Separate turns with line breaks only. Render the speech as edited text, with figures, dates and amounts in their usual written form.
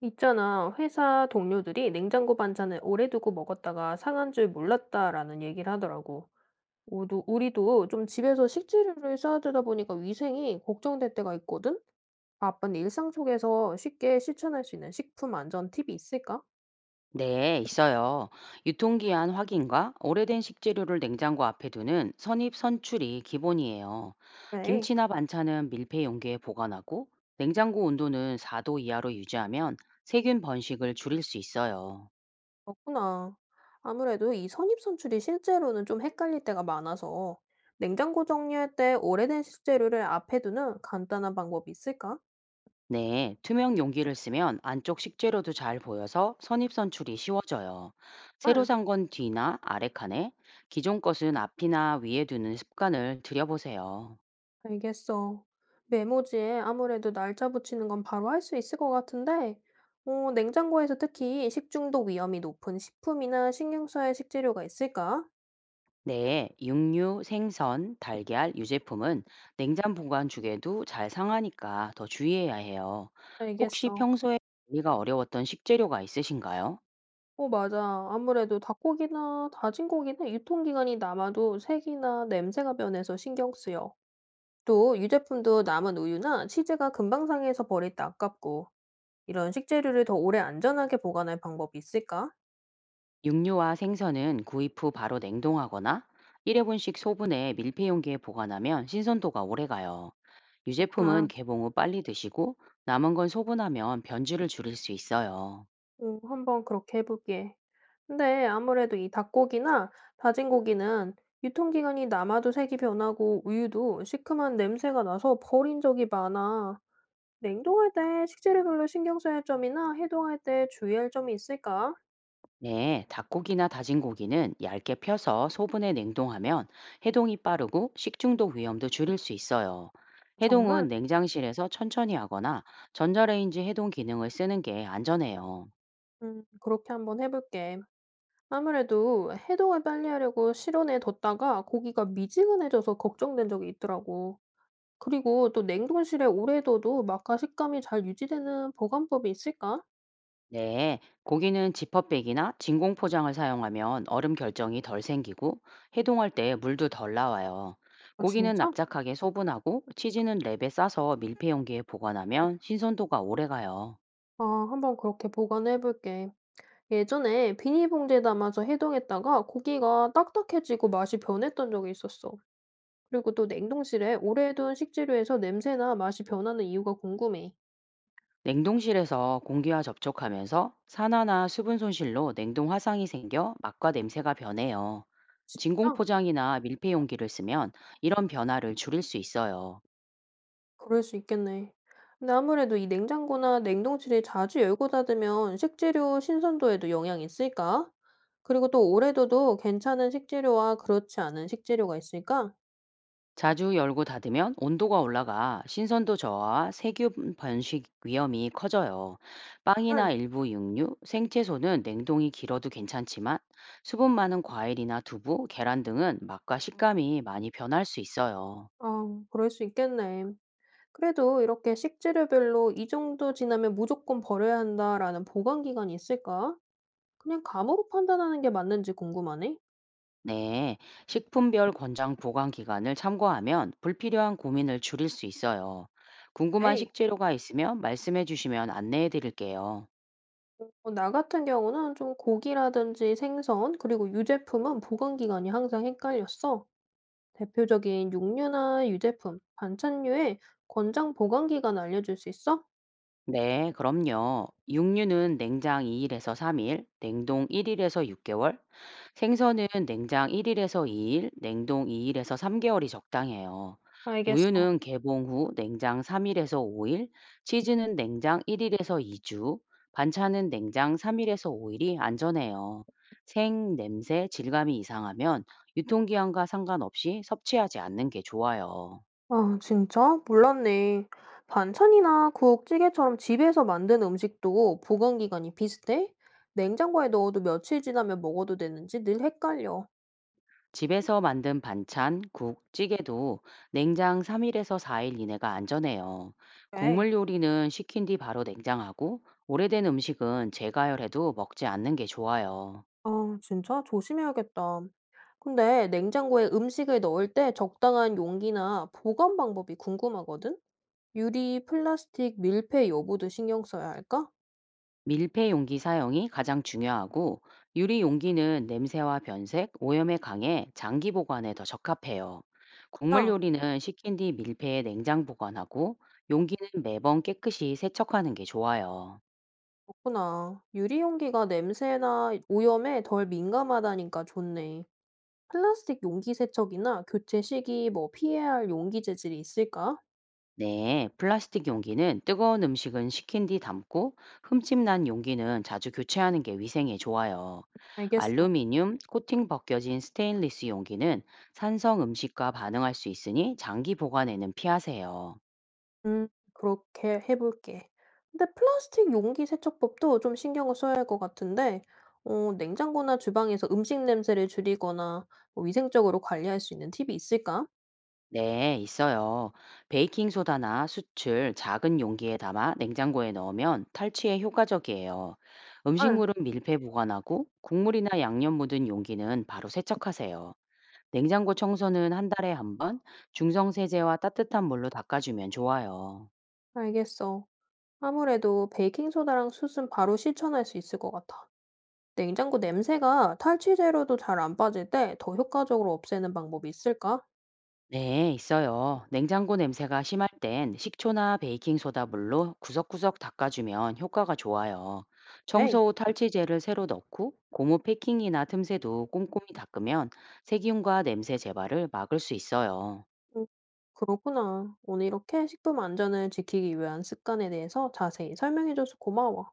있잖아, 회사 동료들이 냉장고 반찬을 오래 두고 먹었다가 상한 줄 몰랐다라는 얘기를 하더라고. 우리도 좀 집에서 식재료를 쌓아두다 보니까 위생이 걱정될 때가 있거든? 바쁜 일상 속에서 쉽게 실천할 수 있는 식품 안전 팁이 있을까?
네, 있어요. 유통기한 확인과 오래된 식재료를 냉장고 앞에 두는 선입 선출이 기본이에요.
네,
김치나 반찬은 밀폐 용기에 보관하고 냉장고 온도는 4도 이하로 유지하면 세균 번식을 줄일 수 있어요.
그렇구나. 아무래도 이 선입선출이 실제로는 좀 헷갈릴 때가 많아서 냉장고 정리할 때 오래된 식재료를 앞에 두는 간단한 방법이 있을까?
네, 투명 용기를 쓰면 안쪽 식재료도 잘 보여서 선입 선출이 쉬워져요. 새로 산 건 뒤나 아래 칸에, 기존 것은 앞이나 위에 두는 습관을 들여보세요.
알겠어. 메모지에 아무래도 날짜 붙이는 건 바로 할 수 있을 것 같은데, 냉장고에서 특히 식중독 위험이 높은 식품이나 신경 써야 식재료가 있을까?
네, 육류, 생선, 달걀, 유제품은 냉장 보관 중에도 잘 상하니까 더 주의해야 해요. 혹시
알겠어.
평소에 관리가 어려웠던 식재료가 있으신가요?
맞아. 아무래도 닭고기나 다진 고기는 유통기한이 남아도 색이나 냄새가 변해서 신경 쓰여. 또 유제품도 남은 우유나 치즈가 금방 상해서 버릴 때 아깝고, 이런 식재료를 더 오래 안전하게 보관할 방법이 있을까?
육류와 생선은 구입 후 바로 냉동하거나 1회분씩 소분해 밀폐 용기에 보관하면 신선도가 오래가요. 유제품은
그렇구나.
개봉 후 빨리 드시고 남은 건 소분하면 변질을 줄일 수 있어요.
오, 한번 그렇게 해 볼게. 근데 아무래도 이 닭고기나 다진 고기는 유통기한이 남아도 색이 변하고 우유도 시큼한 냄새가 나서 버린 적이 많아. 냉동할 때 식재료별로 신경 써야 할 점이나 해동할 때 주의할 점이 있을까?
네, 닭고기나 다진 고기는 얇게 펴서 소분해 냉동하면 해동이 빠르고 식중독 위험도 줄일 수 있어요. 해동은
정말?
냉장실에서 천천히 하거나 전자레인지 해동 기능을 쓰는 게 안전해요.
그렇게 한번 해 볼게. 아무래도 해동을 빨리 하려고 실온에 뒀다가 고기가 미지근해져서 걱정된 적이 있더라고. 그리고 또 냉동실에 오래 둬도 맛과 식감이 잘 유지되는 보관법이 있을까?
네, 고기는 지퍼백이나 진공 포장을 사용하면 얼음 결정이 덜 생기고 해동할 때 물도 덜 나와요.
아
고기는
진짜?
납작하게 소분하고 치즈는 랩에 싸서 밀폐 용기에 보관하면 신선도가 오래 가요.
아 한번 그렇게 보관해 볼게. 예전에 비닐봉지에 담아서 해동했다가 고기가 딱딱해지고 맛이 변했던 적이 있었어. 그리고 또 냉동실에 오래 둔 식재료에서 냄새나 맛이 변하는 이유가 궁금해.
냉동실에서 공기와 접촉하면서 산화나 수분 손실로 냉동 화상이 생겨 맛과 냄새가 변해요. 진공
진짜?
포장이나 밀폐 용기를 쓰면 이런 변화를 줄일 수 있어요.
그럴 수 있겠네. 근데 아무래도 이 냉장고나 냉동실을 자주 열고 닫으면 식재료 신선도에도 영향이 있을까? 그리고 또 오래 둬도 괜찮은 식재료와 그렇지 않은 식재료가 있을까?
자주 열고 닫으면 온도가 올라가 신선도 저하와 세균 번식 위험이 커져요.
응.
빵이나 일부 육류, 생채소는 냉동이 길어도 괜찮지만 수분 많은 과일이나 두부, 계란 등은 맛과 식감이 많이 변할 수 있어요.
아, 그럴 수 있겠네. 그래도 이렇게 식재료별로 이 정도 지나면 무조건 버려야 한다라는 보관 기간이 있을까? 그냥 감으로 판단하는 게 맞는지 궁금하네.
네, 식품별 권장 보관 기간을 참고하면 불필요한 고민을 줄일 수 있어요. 궁금한
네.
식재료가 있으면 말씀해 주시면 안내해 드릴게요.
나 같은 경우는 좀 고기라든지 생선, 그리고 유제품은 보관 기간이 항상 헷갈렸어. 대표적인 육류나 유제품, 반찬류의 권장 보관 기간 알려줄 수 있어?
네, 그럼요. 육류는 냉장 2일에서 3일, 냉동 1일에서 6개월, 생선은 냉장 1일에서 2일, 냉동 2일에서 3개월이 적당해요.
알겠어.
우유는 개봉 후 냉장 3일에서 5일, 치즈는 냉장 1일에서 2주, 반찬은 냉장 3일에서 5일이 안전해요. 생, 냄새, 질감이 이상하면 유통기한과 상관없이 섭취하지 않는 게 좋아요.
아 진짜? 몰랐네. 반찬이나 국, 찌개처럼 집에서 만든 음식도 보관 기간이 비슷해? 냉장고에 넣어도 며칠 지나면 먹어도 되는지 늘 헷갈려.
집에서 만든 반찬, 국, 찌개도 냉장 3일에서 4일 이내가 안전해요.
왜?
국물 요리는 식힌 뒤 바로 냉장하고 오래된 음식은 재가열해도 먹지 않는 게 좋아요.
아 진짜? 조심해야겠다. 근데 냉장고에 음식을 넣을 때 적당한 용기나 보관 방법이 궁금하거든? 유리, 플라스틱, 밀폐 여부도 신경 써야 할까?
밀폐 용기 사용이 가장 중요하고 유리 용기는 냄새와 변색, 오염에 강해 장기 보관에 더 적합해요. 국물
아,
요리는 식힌 뒤 밀폐에 냉장 보관하고 용기는 매번 깨끗이 세척하는 게 좋아요.
그렇구나. 유리 용기가 냄새나 오염에 덜 민감하다니까 좋네. 플라스틱 용기 세척이나 교체 시기 뭐 피해야 할 용기 재질이 있을까?
네, 플라스틱 용기는 뜨거운 음식은 식힌 뒤 담고 흠집난 용기는 자주 교체하는 게 위생에 좋아요.
알겠어.
알루미늄 코팅 벗겨진 스테인리스 용기는 산성 음식과 반응할 수 있으니 장기 보관에는 피하세요.
음, 그렇게 해볼게. 근데 플라스틱 용기 세척법도 좀 신경을 써야 할 것 같은데, 냉장고나 주방에서 음식 냄새를 줄이거나 뭐 위생적으로 관리할 수 있는 팁이 있을까?
네, 있어요. 베이킹소다나 수출 작은 용기에 담아 냉장고에 넣으면 탈취에 효과적이에요.
아,
음식물은 밀폐 보관하고 국물이나 양념 묻은 용기는 바로 세척하세요. 냉장고 청소는 한 달에 한 번, 중성 세제와 따뜻한 물로 닦아주면 좋아요.
알겠어. 아무래도 베이킹소다랑 숯은 바로 실천할 수 있을 것 같아. 냉장고 냄새가 탈취제로도 잘 안 빠질 때 더 효과적으로 없애는 방법이 있을까?
네, 있어요. 냉장고 냄새가 심할 땐 식초나 베이킹 소다 물로 구석구석 닦아주면 효과가 좋아요.
에이.
청소 후 탈취제를 새로 넣고 고무 패킹이나 틈새도 꼼꼼히 닦으면 세균과 냄새 재발을 막을 수 있어요.
음, 그렇구나. 오늘 이렇게 식품 안전을 지키기 위한 습관에 대해서 자세히 설명해줘서 고마워.